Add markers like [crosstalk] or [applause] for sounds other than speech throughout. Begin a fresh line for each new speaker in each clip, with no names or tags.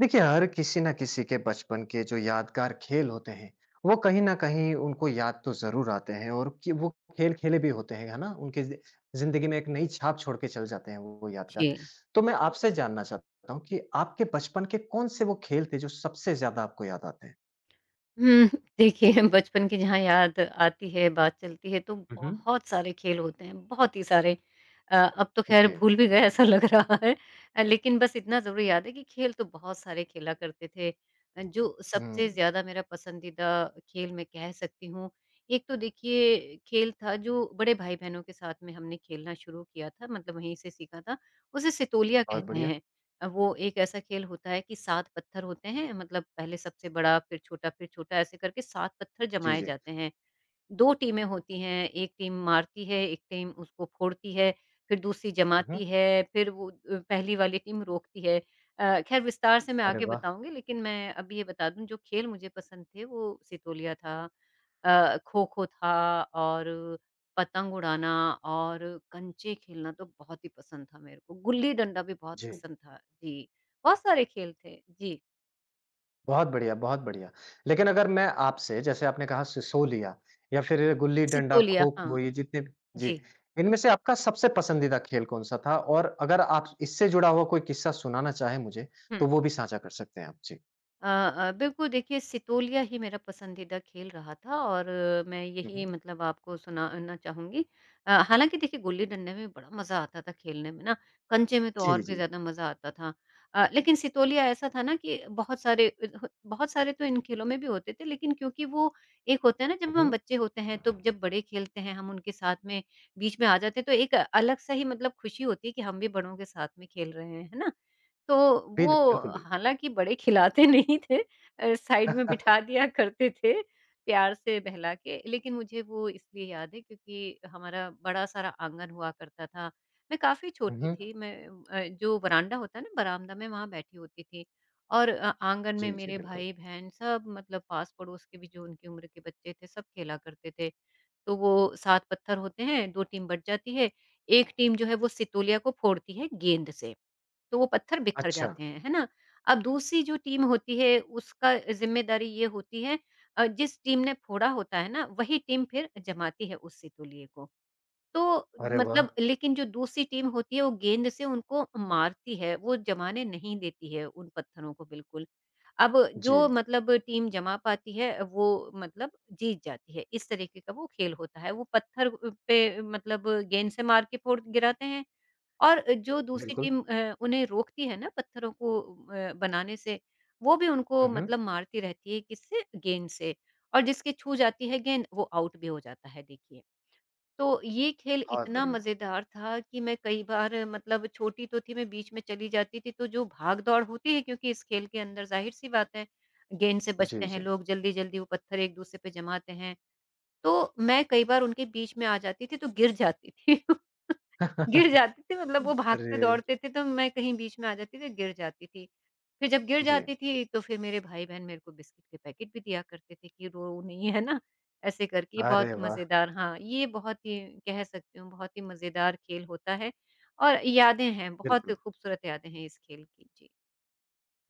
देखिए, हर किसी ना किसी के बचपन के जो यादगार खेल होते हैं, वो कहीं न कहीं उनको याद तो ज़रूर आते हैं और कि वो खेल खेले भी होते हैं, है ना? उनकी ज़िंदगी में एक नई छाप छोड़ के चले जाते हैं वो
जी।
यादगार। तो मैं आपसे जानना चाहता हूँ कि आपके बचपन के कौन-से वो खेल थे जो सबसे ज़्यादा आपको याद आते हैं?
हुँ, देखिए बचपन की जहाँ याद आती है, बात चलती है, तो
हुँ, हुँ।
बहुत सारे खेल होते हैं, बहुत ही सारे। अब तो ख़ैर
जी।
भूल भी गए ऐसा लग रहा है। लेकिन बस इतना ज़रूर याद है कि खेल तो बहुत सारे खेला करते थे। जो सबसे
हुँ,
ज़्यादा मेरा पसंदीदा खेल मैं कह सकती हूँ, एक तो देखिए खेल था जो बड़े भाई-बहनों के साथ में हमने खेलना शुरू किया था, मतलब वहीं से सीखा था, उसे सितोलिया
बहुत
कहते
बढ़िया।
हैं। वो एक ऐसा खेल होता है कि 7 पत्थर होते हैं मतलब पहले सबसे बड़ा फिर छोटा ऐसे करके 7 पत्थर
जी,
जमाए
जी।
जाते हैं। 2 टीमें होती हैं, एक टीम मारती है, एक टीम उसको फोड़ती है, फिर दूसरी
हुँ, हुँ।
जमाती है, फिर वो पहली वाली टीम रोकती है। ख़ैर विस्तार से मैं
अरे
आगे
वाह!
बताऊँगी लेकिन मैं अब ये बता दूँ जो खेल मुझे पसंद थे वो सितोलिया था, खो-खो था और पतंग उड़ाना और कंचे खेलना तो बहुत ही पसंद था मेरे को, गुल्ली-डंडा भी बहुत
जी।
पसंद था। जी, बहुत सारे खेल थे। जी,
बहुत बढ़िया, बहुत बढ़िया। लेकिन अगर मैं आपसे जैसे आपने कहा सिसोलिया या फिर गुल्ली-डंडा,
सितोलिया हाँ,
खो-खो ये जितने भी जी,
जी।
इनमें से आपका सबसे पसंदीदा खेल कौन-सा था? और अगर आप इससे जुड़ा हुआ कोई किस्सा सुनाना चाहें मुझे,
हुँ।
तो वो भी साझा कर सकते हैं आप। जी।
बिल्कुल देखिए सितोलिया ही मेरा पसंदीदा खेल रहा था और मैं
हुँ,
यही
हुँ।
मतलब आपको सुनाना चाहूँगी। हालाँकि देखिए गुल्ली डंडे में बड़ा मज़ा आता था खेलने में ना, कंचे में तो
जी,
और भी
जी।
ज़्यादा मज़ा आता था। लेकिन सितोलिया ऐसा था ना कि बहुत सारे बहुत सारे तो इन खेलों में भी होते थे लेकिन क्योंकि वो एक होता है ना
हुँ,
जब हम
हुँ।
बच्चे होते हैं तो जब बड़े खेलते हैं हम उनके साथ में बीच में आ जाते हैं तो एक अलग-सा ही मतलब खुशी होती है कि हम भी बड़ों के साथ में खेल रहे हैं, है ना? तो
बिल
वो
बिल्कुल, बिल्कुल।
हालाँकि बड़े खिलाते [laughs] नहीं थे, साइड में बिठा दिया करते थे, प्यार से बहला के। लेकिन मुझे वो इसलिए याद है क्योंकि हमारा बड़ा सारा आँगन हुआ करता था। मैं काफ़ी
हुँ,
छोटी
हुँ।
थी, मैं जो वरांडा होता है ना बरामदा में वहाँ बैठी होती थी। और आँगन में
जी, जी,
मेरे
बिल्कुल।
भाई-बहन सब मतलब पास-पड़ोस के भी जो उनकी उम्र के बच्चे थे सब खेला करते थे। तो वो 7 पत्थर होते हैं, 2 टीम बँट जाती है, 1 टीम जो है वो सितोलिया को फोड़ती है गेंद से। तो वो पत्थर बिखर
अच्छा।
जाते हैं, है ना? अब दूसरी जो टीम होती है उसका ज़िम्मेदारी ये होती है, जिस टीम ने फोड़ा होता है ना वही टीम फिर जमाती है उस सितौलिये को। तो
अरे वाह!
मतलब लेकिन जो दूसरी टीम होती है वो गेंद से उनको मारती है, वो जमाने नहीं देती है उन पत्थरों को बिल्कुल। अब जो
जी,
मतलब टीम जमा पाती है वो मतलब जीत जाती है, इस तरीके का वो खेल होता है। वो पत्थर पे मतलब गेंद से मार के फोड़ गिराते हैं और जो दूसरी
बिल्कुल।
टीम उन्हें रोकती है ना पत्थरों को बनाने से, वो भी उनको
हुँ, हुँ।
मतलब मारती रहती है किससे? गेंद से। और जिसके छू जाती है गेंद वो आउट भी हो जाता है देखिए। तो ये खेल
बहुत
इतना
बढ़िया।
मज़ेदार था कि मैं कई बार मतलब छोटी तो थी मैं बीच में चली जाती थी तो जो भाग-दौड़ होती है क्योंकि इस खेल के अंदर ज़ाहिर-सी बात है, गेंद से
जी,
बचते हैं
जी।
लोग, जल्दी-जल्दी वो पत्थर एक-दूसरे पे जमाते हैं। तो मैं कई बार उनके बीच में आ जाती थी तो गिर जाती थी। [laughs] गिर जाते थे मतलब वो
[laughs]
भागते
अरे!
दौड़ते थे तो मैं कहीं बीच में आ जाती थी, गिर जाती थी। फिर जब गिर
जी।
जाती थी तो फिर मेरे भाई-बहन मेरे को बिस्किट के पैकेट भी दिया करते थे कि रो नहीं, है ना? ऐसे करके बहुत
अरे वाह!
मज़ेदार हाँ, ये बहुत ही कह सकती हूँ बहुत ही मज़ेदार खेल होता है और यादें हैं, बहुत
बिल्कुल।
खूबसूरत यादें हैं इस खेल की। जी।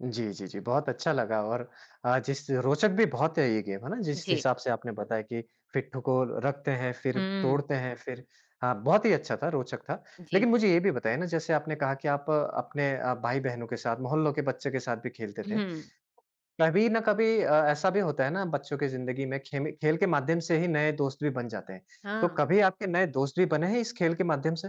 जी, जी, जी। बहुत अच्छा लगा और जिस रोचक भी बहुत है ये गेम, है ना? जिस
जी।
हिसाब से आपने बताया कि पिट्ठू को रखते हैं, फिर
हुँ।
तोड़ते हैं, फिर हाँ, बहुत ही अच्छा था, रोचक था।
जी।
लेकिन मुझे ये भी बताइए ना, जैसे आपने कहा कि आप अपने भाई-बहनों के साथ, मोहल्लों के बच्चे के साथ भी खेलते थे।
हुँ।
कभी ना कभी ऐसा भी होता है ना बच्चों की ज़िंदगी में, खेम खेल के माध्यम से ही नए दोस्त भी बन जाते हैं। तो
हाँ।
कभी आपके नए दोस्त भी बने हैं इस खेल के माध्यम से?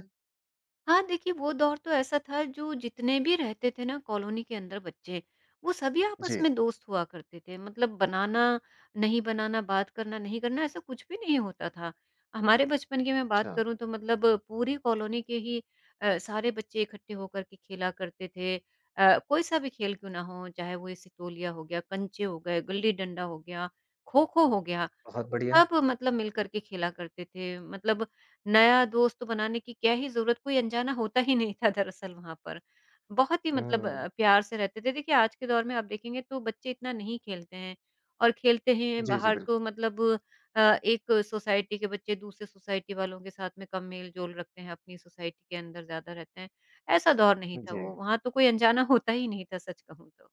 हाँ, देखिए वो दौर तो ऐसा था जो जितने भी रहते थे ना कॉलोनी के अंदर बच्चे, वो सभी आपस
जी।
में दोस्त हुआ करते थे। मतलब बनाना, नहीं बनाना, बात करना, नहीं करना ऐसा कुछ भी नहीं होता था। हमारे बचपन की मैं बात
अच्छा,
करूँ तो मतलब पूरी कॉलोनी के ही सारे बच्चे इकट्ठे होकर के खेला करते थे। कोई सा भी खेल क्यों ना हो, चाहे वो ये सितोलिया हो गया, कंचे हो गए, गिल्ली डंडा हो गया, खो-खो हो गया।
बहुत बढ़िया।
सब मतलब मिल कर के खेला करते थे। मतलब नया दोस्त बनाने की क्या ही ज़रूरत, कोई अनजाना होता ही नहीं था दरअसल वहाँ पर। बहुत ही मतलब
हुँ।
प्यार से रहते थे। देखिए आज के दौर में आप देखेंगे तो बच्चे इतना नहीं खेलते हैं और खेलते हैं
जी, जी,
बाहर
बिल्कुल।
तो मतलब एक सोसाइटी के बच्चे दूसरे सोसाइटी वालों के साथ में कम मेल-जोल रखते हैं, अपनी सोसाइटी के अंदर ज़्यादा रहते हैं। ऐसा दौर नहीं था
जी।
वो, वहाँ तो कोई अनजाना होता ही नहीं था सच कहूँ तो।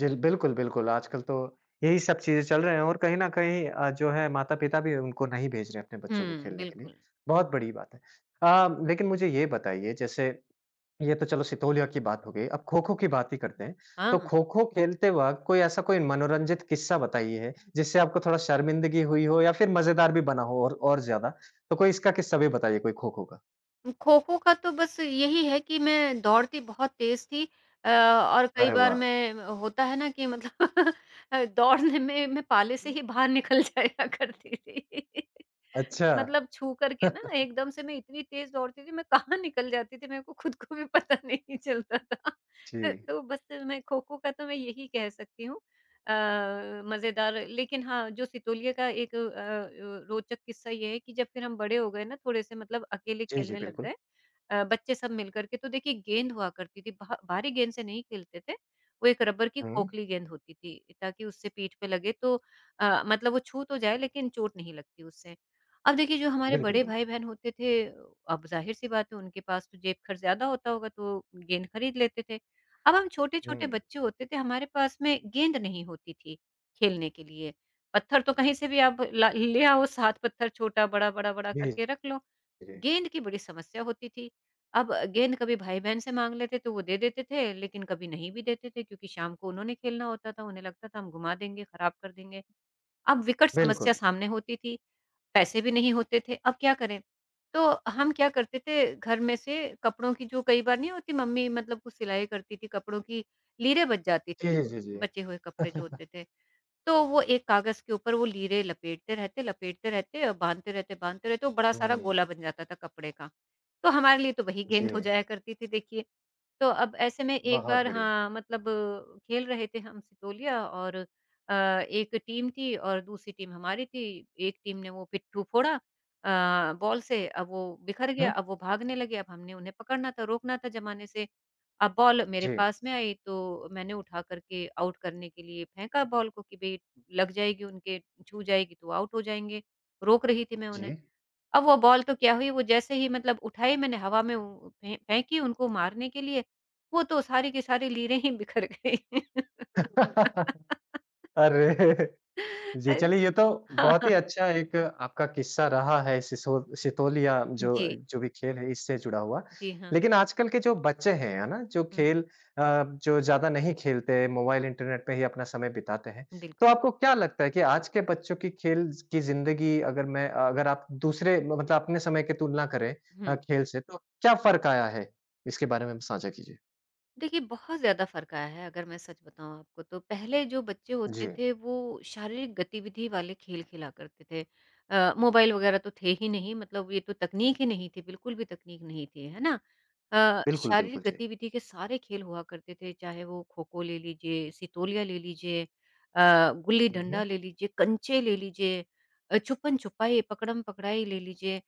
जिल बिल्कुल, बिल्कुल। आजकल तो यही सब चीज़ें चल रहे हैं और कहीं न कहीं जो है माता-पिता भी उनको नहीं भेज रहे अपने बच्चों को
हुँ,
खेलने के लिए,
बिल्कुल।
बहुत बड़ी बात है। लेकिन मुझे ये बताइए जैसे ये तो चलो सितोलिया की बात हो गई, अब खो-खो की बात ही करते हैं। तो
हाँ।
खो-खो खेलते वक़्त कोई ऐसा कोई मनोरंजित किस्सा बताइए जिससे आपको थोड़ा शर्मिंदगी हुई हो या फिर मज़ेदार भी बना हो और ज़्यादा? तो कोई इसका किस्सा भी बताइए कोई खो-खो का।
खो-खो का तो बस यही है कि मैं दौड़ती बहुत तेज़ थी, और कई
अरे
बार
वाह!
मैं होता है ना कि मतलब [laughs] दौड़ने में मैं पाले से ही बाहर निकल [laughs] जाया करती थी। [laughs]
अच्छा।
मतलब छू कर के ना एकदम से मैं इतनी तेज दौड़ती थी, मैं कहाँ निकल जाती थी, मेरे को खुद को भी पता [laughs] नहीं चलता
जी।
था। तो बस मैं खो-खो का तो मैं यही कह सकती हूँ। अ, मज़ेदार लेकिन हाँ, जो सितोलिया का एक रोचक किस्सा ये है कि जब फिर हम बड़े हो गए ना थोड़े से मतलब अकेले
जी, जी,
खेलने लग
बिल्कुल।
गए, बच्चे सब मिलकर के, तो देखिए गेंद हुआ करती थी, भा भारी गेंद से नहीं खेलते थे, वो एक रबर की
हुँ।
खोखली गेंद होती थी ताकि उससे पीठ पे लगे तो मतलब वो छू तो जाए लेकिन चोट नहीं लगती उससे। अब देखिए जो हमारे
बिल्कुल,
बड़े
बिल्कुल।
भाई-बहन होते थे, अब ज़ाहिर-सी बात है उनके पास तो जेब खर्च ज़्यादा होता होगा तो गेंद खरीद लेते थे। अब हम छोटे-छोटे
हुँ।
बच्चे होते थे, हमारे पास में गेंद नहीं होती थी खेलने के लिए। पत्थर तो कहीं से भी आप ला ले आओ, 7 पत्थर छोटा, बड़ा, बड़ा-बड़ा
जी,
करके रख लो।
जी।
गेंद की बड़ी समस्या होती थी। अब गेंद कभी भाई-बहन से माँग लेते तो वो दे देते थे, लेकिन कभी नहीं भी देते थे क्योंकि शाम को उन्होंने खेलना होता था, उन्हें लगता था हम घुमा देंगे, खराब कर देंगे। अब विकट समस्या
बिल्कुल।
सामने होती थी। पैसे भी नहीं होते थे, अब क्या करें? तो हम क्या करते थे, घर में से कपड़ों की जो कई बार नहीं होती मम्मी मतलब कुछ सिलाई करती थी, कपड़ों की लीरें बच जाती
जी,
थी,
जी, जी, जी।
बचे हुए कपड़े जो होते थे। तो वो एक कागज़ के ऊपर वो लीरें लपेटते रहते और बाँधते रहते, वो बड़ा सारा
हुँ,
गोला बन जाता था कपड़े का। तो हमारे लिए तो वही
जी,
गेंद हो जाया करती थी देखिए। तो अब ऐसे में एक
बहुत
बार
बढ़िया।
हाँ, मतलब खेल रहे थे हम सितोलिया और एक टीम थी और दूसरी टीम हमारी थी। एक टीम ने वो पिट्ठू फोड़ा, बॉल से, अब वो बिखर गया,
हुँ?
अब वो भागने लगे, अब हमने उन्हें पकड़ना था, रोकना था जमाने से। अब बॉल मेरे
जी,
पास में आई तो मैंने उठा कर के आउट करने के लिए फेंका बॉल को कि भई लग जाएगी उनके, छू जाएगी तो आउट हो जाएंगे। रोक रही थी मैं
जी।
उन्हें। अब वो बॉल तो क्या हुई, वो जैसे ही मतलब उठाई मैंने हवा में उ फे फेंकी उनको मारने के लिए, वो तो सारी की सारी लीरें ही बिखर गई। [laughs]
अरे! जी,
अ,
चलिए ये तो
हाँ,
बहुत
हाँ।
ही अच्छा एक आपका किस्सा रहा है सिसो सितोलिया जो
जी,
जो भी खेल है इससे जुड़ा हुआ।
जी हाँ।
लेकिन आजकल के जो बच्चे हैं, है ना? जो
हुँ,
खेल जो ज़्यादा नहीं खेलते, मोबाइल इंटरनेट पे ही अपना समय बिताते हैं।
बिल्कुल।
तो आपको क्या लगता है कि आज के बच्चों की खेल की ज़िंदगी अगर आप दूसरे मतलब अपने समय की तुलना करें
हुँ।
खेल से तो क्या फ़र्क आया है? इसके बारे में साझा कीजिए।
देखिए, बहुत ज़्यादा फ़र्क आया है अगर मैं सच बताऊँ आपको तो। पहले जो बच्चे होते
जी,
थे वो शारीरिक गतिविधि वाले खेल खेला करते थे। मोबाइल वग़ैरह तो थे ही नहीं मतलब ये तो तकनीक ही नहीं थी, बिल्कुल भी तकनीक नहीं थी, है ना?
बिल्कुल,
शारीरिक
बिल्कुल, जी।
गतिविधि के सारे खेल हुआ करते थे चाहे वो खो-खो ले लीजिए, सितोलिया ले लीजिए,
हुँ,
गुल्ली-डंडा
हुँ।
ले लीजिए, कंचे ले लीजिए, छुपन-छुपाई, पकड़म-पकड़ाई ले लीजिए।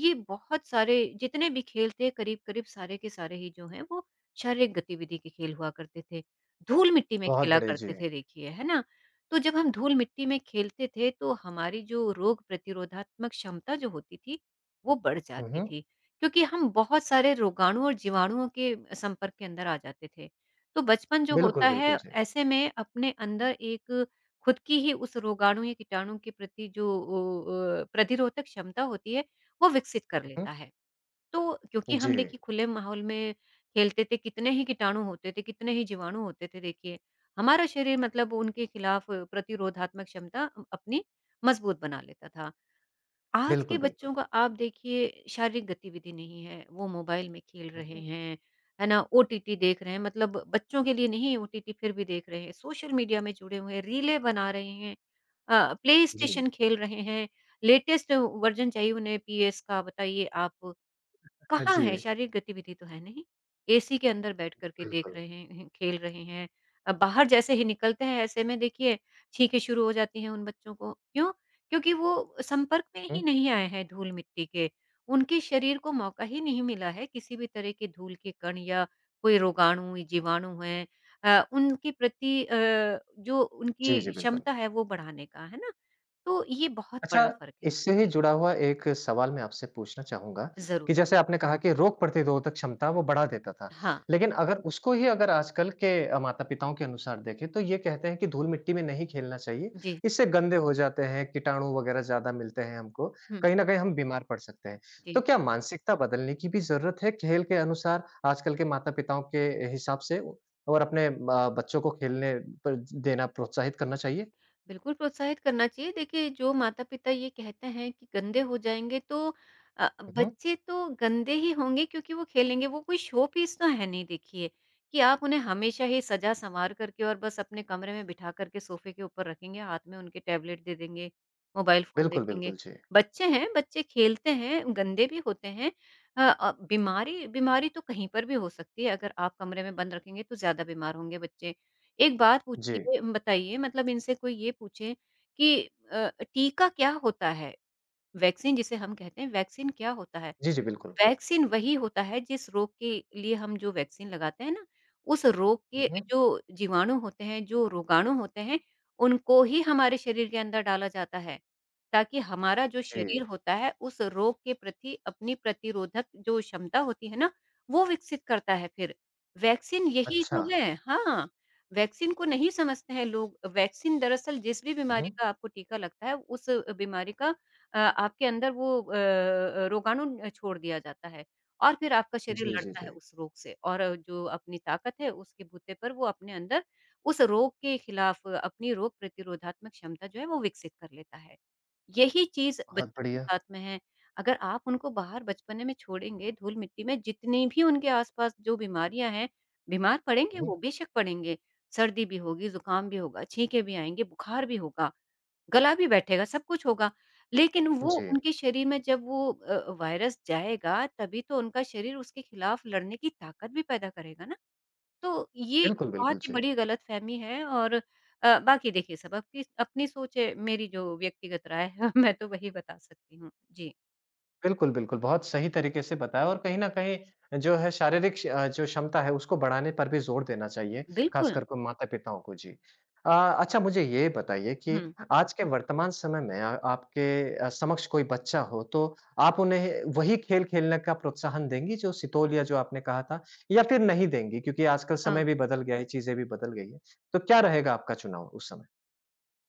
ये बहुत सारे जितने भी खेल थे करीब-करीब सारे के सारे ही जो हैं वो शारीरिक गतिविधि के खेल हुआ करते थे। धूल-मिट्टी में
बहुत
खेला
बढ़िया, जी।
करते थे देखिए, है ना? तो जब हम धूल-मिट्टी में खेलते थे तो हमारी जो रोग प्रतिरोधात्मक क्षमता जो होती थी, वो बढ़
हुँ,
जाती
हुँ।
थी। क्योंकि हम बहुत सारे रोगाणु और जीवाणुओं के संपर्क के अंदर आ जाते थे। तो बचपन जो
बिल्कुल,
होता है
बिल्कुल, जी।
ऐसे में अपने अंदर एक खुद की ही उस रोगाणु या कीटाणु के प्रति जो ओ प्रतिरोधक क्षमता होती है, वो विकसित कर
हुँ।
लेता है। तो क्योंकि
जी।
हम देखिए खुले माहौल में खेलते थे, कितने ही कीटाणु होते थे, कितने ही जीवाणु होते थे देखिए। हमारा शरीर मतलब उनके खिलाफ प्रतिरोधात्मक क्षमता अपनी मज़बूत बना लेता था। आज के
बिल्कुल, बिल्कुल।
बच्चों का आप देखिए शारीरिक गतिविधि नहीं है, वो मोबाइल में खेल
हुँ,
रहे
हुँ।
हैं, है ना? ओटीटी देख रहे हैं, मतलब बच्चों के लिए नहीं ओटीटी फिर भी देख रहे हैं, सोशल मीडिया में जुड़े हुए हैं, रीलें बना रहे हैं,
जी।
प्लेस्टेशन खेल रहे हैं, लेटेस्ट वर्ज़न चाहिए उन्हें पीएस का बताइए आप। कहाँ
जी,
है शारीरिक गतिविधि तो है नहीं। एसी के अंदर बैठ कर के देख
बिल्कुल।
रहे हैं, खेल रहे हैं। बाहर जैसे ही निकलते हैं ऐसे में देखिए छींकें शुरू हो जाती हैं उन बच्चों को। क्यों? क्योंकि वो संपर्क में
हुँ।
ही नहीं आए हैं धूल-मिट्टी के। उनके शरीर को मौका ही नहीं मिला है किसी भी तरह के धूल के कण या कोई रोगाणु, जीवाणु हैं उनके प्रति जो
जी, जी,
उनकी
बिल्कुल।
क्षमता है वो बढ़ाने का, है ना? तो ये बहुत बड़ा
अच्छा,
फ़र्क है।
इससे ही
जी,
जुड़ा हुआ एक सवाल मैं आपसे पूछना चाहूँगा
ज़रूर।
कि जैसे आपने कहा कि रोग प्रतिरोधक क्षमता वो बढ़ा देता था।
हाँ।
लेकिन अगर उसको ही अगर आजकल के माता-पिताओं के अनुसार देखें तो ये कहते हैं कि धूल-मिट्टी में नहीं खेलना चाहिए,
जी।
इससे गंदे हो जाते हैं, कीटाणु वगैरह ज़्यादा मिलते हैं हमको,
हुँ।
कहीं न कहीं हम बीमार पड़ सकते हैं।
जी।
तो क्या मानसिकता बदलने की भी ज़रूरत है खेल के अनुसार आजकल के माता-पिताओं के हिसाब से और अपने बच्चों को खेलने पर देना प्रोत्साहित करना चाहिए?
बिल्कुल प्रोत्साहित करना चाहिए। देखिए, जो माता-पिता ये कहते हैं कि गंदे हो जाएँगे तो
हुँ, हुँ।
बच्चे तो गंदे ही होंगे क्योंकि वो खेलेंगे, वो कोई शो पीस तो है नहीं देखिए, कि आप उन्हें हमेशा ही सजा-संवार करके और बस अपने कमरे में बिठा कर के सोफ़े के ऊपर रखेंगे, हाथ में उनके टैबलेट दे देंगे, मोबाइल फ़ोन
बिल्कुल,
देखेंगे।
बिल्कुल। जी।
बच्चे हैं, बच्चे खेलते हैं, गंदे भी होते हैं। बीमारी बीमारी तो कहीं पर भी हो सकती है, अगर आप कमरे में बंद रखेंगे तो ज़्यादा बीमार होंगे बच्चे। एक बात
जी।
पूछिए बताइए मतलब इनसे कोई ये पूछे कि टीका क्या होता है? वैक्सीन जिसे हम कहते हैं, वैक्सीन क्या होता है?
जी, जी, बिल्कुल।
वैक्सीन वही होता है जिस रोग के लिए हम जो वैक्सीन लगाते हैं ना, उस रोग के
हुँ, हुँ।
जो जीवाणु होते हैं, जो रोगाणु होते हैं, उनको ही हमारे शरीर के अंदर डाला जाता है, ताकि हमारा जो
जी,
शरीर होता है, उस रोग के प्रति अपनी प्रतिरोधक जो क्षमता होती है ना, वो विकसित करता है फिर। वैक्सीन यही
अच्छा।
तो है। हाँ, वैक्सीन को नहीं समझते हैं लोग। वैक्सीन दरअसल जिस भी
हुँ,
बीमारी
हुँ।
का आपको टीका लगता है, उस बीमारी का आपके अंदर वो रोगाणु छोड़ दिया जाता है और फिर आपका शरीर
जी, जी,
लड़ता है
जी।
उस रोग से और जो अपनी ताकत है उसके बूते पर वो अपने अंदर उस रोग के खिलाफ अपनी रोग प्रतिरोधात्मक क्षमता जो है वो विकसित कर लेता है। यही चीज़
बहुत
बच्चों के
बढ़िया।
साथ में है। अगर आप उनको बाहर बचपने में छोड़ेंगे धूल-मिट्टी में जितनी भी उनके आस-पास जो बीमारियाँ हैं, बीमार पड़ेंगे
हुँ, हुँ।
वो बेशक पड़ेंगे। सर्दी भी होगी, ज़ुकाम भी होगा, छींकें भी आएँगी, बुखार भी होगा। गला भी बैठेगा, सब कुछ होगा, लेकिन वो
जी,
उनके शरीर में जब वो वायरस जाएगा, तभी तो उनका शरीर उसके खिलाफ लड़ने की ताकत भी पैदा करेगा ना। तो ये एक
बिल्कुल,
बहुत
बिल्कुल,
ही
जी।
बड़ी गलतफ़हमी है और बाकी देखिए सब आपकी अपनी सोच है, मेरी जो व्यक्तिगत राय है [laughs] मैं तो वही बता सकती हूँ। जी,
बिल्कुल, बिल्कुल। बहुत सही तरीके से बताया और कहीं न कहीं जो है शारीरिक जो क्षमता है उसको बढ़ाने पर भी ज़ोर देना चाहिए,
बिल्कुल।
खासकर को माता-पिताओं को। जी। अच्छा मुझे ये बताइए कि
हुँ,
आज के वर्तमान समय में आपके समक्ष कोई बच्चा हो तो आप उन्हें वही खेल खेलने का प्रोत्साहन देंगी जो सितोलिया जो आपने कहा था या फिर नहीं देंगी? क्योंकि आजकल
हाँ।
समय भी बदल गया है, चीज़ें भी बदल गई हैं। तो क्या रहेगा आपका चुनाव उस समय?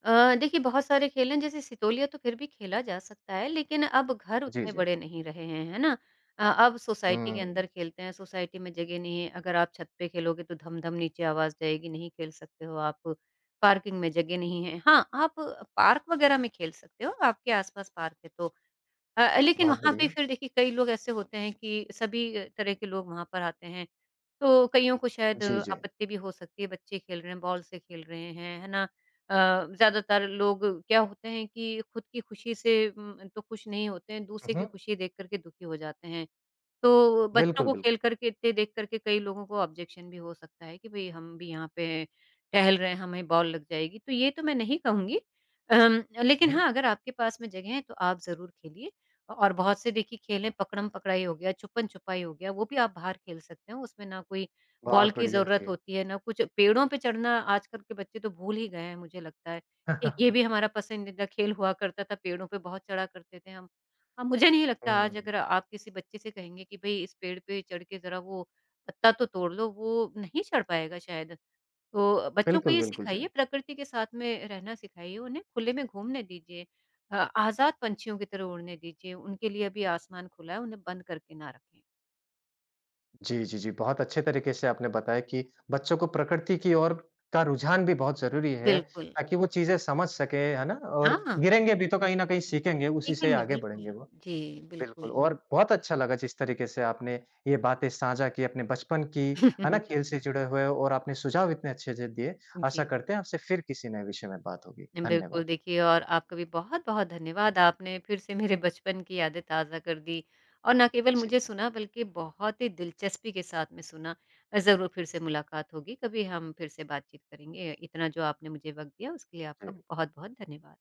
देखिए बहुत सारे खेल हैं जैसे सितोलिया तो फिर भी खेला जा सकता है लेकिन अब घर
जी,
उतने
जी।
बड़े नहीं रहे हैं, है ना? अब सोसाइटी के
हुँ।
अंदर खेलते हैं, सोसाइटी में जगह नहीं है, अगर आप छत पे खेलोगे तो धम-धम नीचे आवाज़ जाएगी, नहीं खेल सकते हो आप, पार्किंग में जगह नहीं है। हाँ, आप पार्क वगैरह में खेल सकते हो, आपके आस-पास पार्क है तो। लेकिन
बहुत
वहाँ पे
बढ़िया।
फिर देखिए कई लोग ऐसे होते हैं कि सभी तरह के लोग वहाँ पर आते हैं। तो कइयों को शायद
जी, जी।
आपत्ति भी हो सकती है, बच्चे खेल रहे हैं, बॉल से खेल रहे हैं, है ना? ज़्यादातर लोग क्या होते हैं कि खुद की खुशी से तो खुश नहीं होते हैं,
हुँ,
दूसरे की
हुँ।
खुशी देख कर के दुखी हो जाते हैं। तो बच्चों
बिल्कुल,
को
बिल्कुल।
खेल कर के इतने देख कर के कई लोगों को ऑब्जेक्शन भी हो सकता है कि भई हम भी यहाँ पे टहल रहे हैं, हमें बॉल लग जाएगी, तो ये तो मैं नहीं कहूँगी। लेकिन
हुँ।
हाँ, अगर आपके पास में जगह है तो आप ज़रूर खेलिए और बहुत से देखिए खेल हैं, पकड़म-पकड़ाई हो गया, छुपन-छुपाई हो गया, वो भी आप बाहर खेल सकते हो, उसमें ना कोई बॉल
बहुत
की
बढ़िया,
ज़रूरत
जी।
होती है, ना कुछ। पेड़ों पे चढ़ना आजकल के बच्चे तो भूल ही गए हैं मुझे लगता है। एक ये भी
[laughs]
हमारा पसंदीदा खेल हुआ करता था, पेड़ों पे बहुत चढ़ा करते थे हम। मुझे नहीं लगता
हुँ,
आज अगर आप किसी बच्चे से कहेंगे कि भई इस पेड़ पे चढ़ के ज़रा वो पत्ता तो तोड़ लो, वो नहीं चढ़ पाएगा शायद। तो बच्चों को
बिल्कुल,
ये
बिल्कुल, जी।
सिखाइए, प्रकृति के साथ में रहना सिखाइए उन्हें, खुले में घूमने दीजिए। आज़ाद पंछियों की तरह उड़ने दीजिए, उनके लिए अभी आसमान खुला है, उन्हें बंद करके ना रखें।
जी, जी, जी, बहुत अच्छे तरीके से आपने बताया कि बच्चों को प्रकृति की ओर का रुझान भी बहुत ज़रूरी है,
बिल्कुल।
ताकि वो चीज़ें समझ सकें, है ना? और
हाँ,
गिरेंगे भी तो कहीं न कहीं सीखेंगे, उसी से
देखेंगे
आगे बढ़ेंगे
बिल्कुल।
वो।
जी, बिल्कुल।
बिल्कुल, और बहुत अच्छा लगा जिस तरीके से आपने ये बातें साझा की, अपने बचपन की, है ना? खेल
[laughs]
से जुड़े हुए और आपने सुझाव इतने अच्छे से दिए। आशा
जी।
करते हैं आपसे फिर किसी नए विषय में बात होगी।
बिल्कुल,
धन्यवाद।
देखिए और आपका भी बहुत-बहुत धन्यवाद। आपने फिर से मेरे बचपन की यादें ताज़ा कर दी और ना केवल
जी,
मुझे सुना बल्कि बहुत ही दिलचस्पी के साथ में सुना। ज़रूर फिर से मुलाकात होगी, कभी हम फिर से बातचीत करेंगे। इतना जो आपने मुझे वक़्त दिया उसके लिए आपका
जी।
बहुत-बहुत धन्यवाद।